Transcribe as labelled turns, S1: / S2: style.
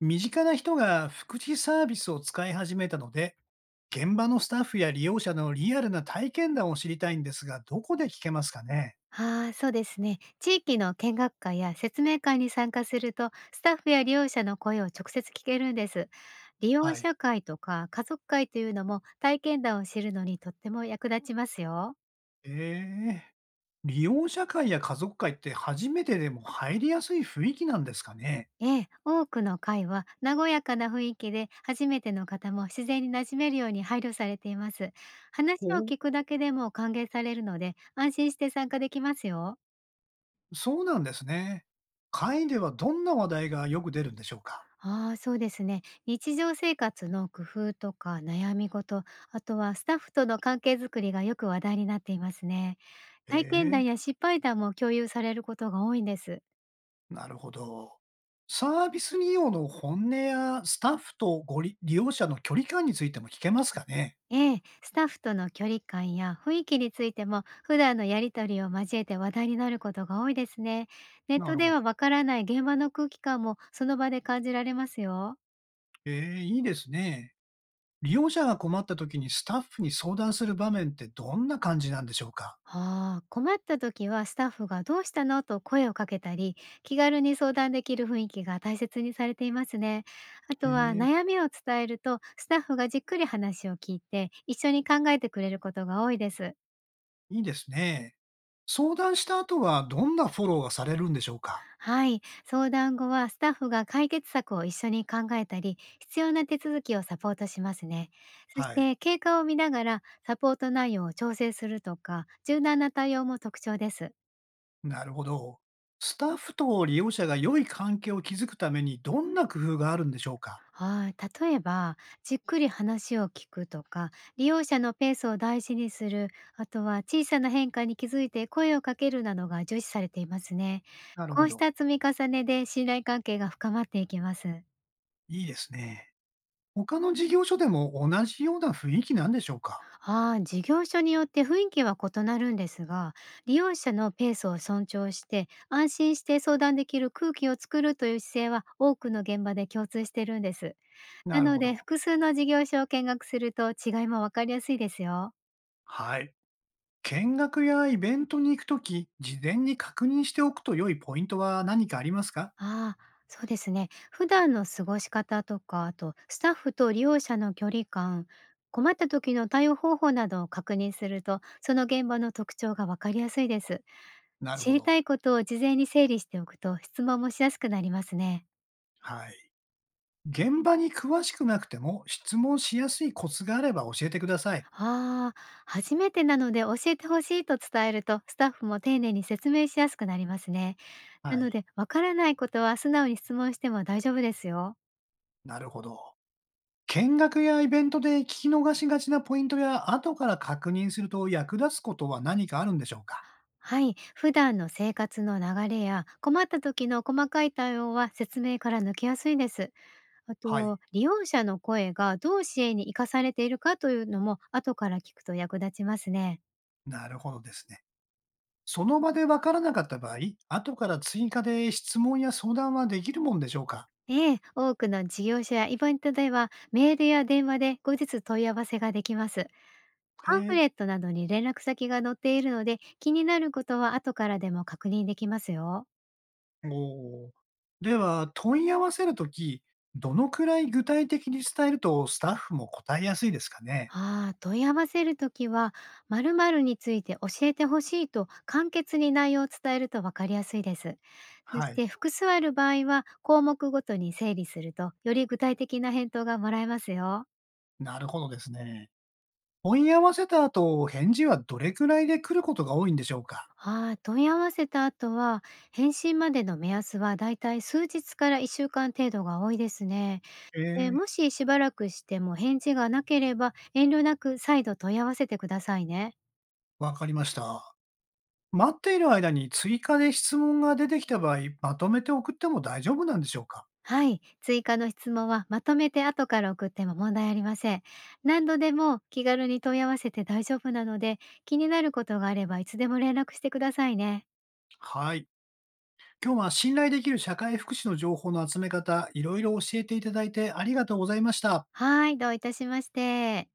S1: 身近な人が福祉サービスを使い始めたので、現場のスタッフや利用者のリアルな体験談を知りたいんですが、どこで聞けますかね？
S2: ああ、そうですね。地域の見学会や説明会に参加すると、スタッフや利用者の声を直接聞けるんです。利用
S1: はい。
S2: 者会とか家族会というのも体験談を知るのにとっても役立ちますよ。
S1: えー、利用者会や家族会って初めてでも入りやすい雰囲気なんですかね？
S2: ええ、多くの会は和やかな雰囲気で初めての方も自然に馴染めるように配慮されています。話を
S1: ほう、
S2: 聞くだけでも歓迎されるので安心して参加できますよ。
S1: そうなんですね。会ではどんな話題がよく出るんでしょうか？
S2: ああ、そうですね。日常生活の工夫とか悩み事、あとはスタッフとの関係づくりがよく話題になっていますね。
S1: え
S2: 体験
S1: ー、
S2: 談や失敗談も共有されることが多いんです。
S1: なるほど。サービス利用の本音やスタッフとご利利用者の距離感についても聞けますかね？
S2: ええ、スタッフとの距離感や雰囲気についても普段のやりとりを交えて話題になることが多いですね。ネッ
S1: な
S2: ト
S1: る
S2: で
S1: ほど。
S2: はわからない現場の空気感もその場で感じられますよ。
S1: ええ、いいですね。利用者が困った時にスタッフに相談する場面ってどんな感じなんでしょうか？
S2: ああ、困った時はスタッフがどうしたのと声をかけたり、気軽に相談できる雰囲気が大切にされていますね。あ
S1: え
S2: とは
S1: え、
S2: 悩みを伝えると、スタッフがじっくり話を聞いて、一緒に考えてくれることが多いです。
S1: いいですね。相談した後はどんなフォローがされるんでしょうか？
S2: はい、相談後はスタッフが解決策を一緒に考えたり、必要な手続きをサポートしますね。そし
S1: はい。
S2: て経過を見ながらサポート内容を調整するとか、柔軟な対応も特徴です。
S1: なるほど。スタッフと利用者が良い関係を築くためにどんな工夫があるんでしょうか？
S2: はい、例えばじっくり話を聞くとか、利用者のペースを大事にする、あとは小さな変化に気づいて声をかけるなどが重視されていますね。
S1: なる
S2: こ
S1: ほ
S2: うし
S1: ど。
S2: た積み重ねで信頼関係が深まっていきます。
S1: いいですね。他の事業所でも同じような雰囲気なんでしょうか？
S2: ああ、事業所によって雰囲気は異なるんですが、利用者のペースを尊重して安心して相談できる空気を作るという姿勢は多くの現場で共通してるんです。な
S1: なる
S2: の
S1: ほ
S2: で
S1: ど。
S2: 複数の事業所を見学すると違いもわかりやすいですよ。
S1: はい。見学やイベントに行くとき、事前に確認しておくと良いポイントは何かありますか？
S2: ああ、そうですね。普段の過ごし方とか、あとスタッフと利用者の距離感、困った時の対応方法などを確認すると、その現場の特徴がわかりやすいです。
S1: なる
S2: 知
S1: ほ
S2: り
S1: ど。
S2: たいことを事前に整理しておくと、質問もしやすくなりますね。
S1: はい。現場に詳しくなくても質問しやすいコツがあれば教えてください。
S2: ああ、初めてなので教えてほしいと伝えると、スタッフも丁寧に説明しやすくなりますね。な
S1: は
S2: の
S1: い。
S2: で、わからないことは素直に質問しても大丈夫ですよ。
S1: なるほど。見学やイベントで聞き逃しがちなポイントや後から確認すると役立つことは何かあるんでしょうか？
S2: はい、普段の生活の流れや困った時の細かい対応は説明から抜けやすいです。あ
S1: はい。
S2: と、利用者の声がどう支援に生かされているかというのも後から聞くと役立ちますね。
S1: なるほどですね。その場でわからなかった場合、後から追加で質問や相談はできるもんでしょうか？
S2: ええ、多くの事業者やイベントではメールや電話で後日問い合わせができます。
S1: へ
S2: パンフ
S1: え。
S2: レットなどに連絡先が載っているので気になることは後からでも確認できますよ。
S1: おお。では、問い合わせるとき、どのくらい具体的に伝えるとスタッフも答えやすいですかね。
S2: ああ、問い合わせるときは、〇〇について教えてほしいと簡潔に内容を伝えるとわかりやすいです。そ
S1: は
S2: し
S1: い。
S2: て複数ある場合は、項目ごとに整理すると、より具体的な返答がもらえますよ。
S1: なるほどですね。問い合わせた後、返事はどれくらいで来ることが多いんでしょうか？
S2: ああ、問い合わせた後は、返信までの目安はだいたい数日から1週間程度が多いですね。
S1: え
S2: でも
S1: え、
S2: ししばらくしても返事がなければ、遠慮なく再度問い合わせてくださいね。
S1: わかりました。待っている間に追加で質問が出てきた場合、まとめて送っても大丈夫なんでしょうか？
S2: はい、追加の質問はまとめて後から送っても問題ありません。何度でも気軽に問い合わせて大丈夫なので、気になることがあればいつでも連絡してくださいね。
S1: はい。今日は信頼できる社会福祉の情報の集め方、いろいろ教えていただいてありがとうございました。
S2: はい、どういたしまして。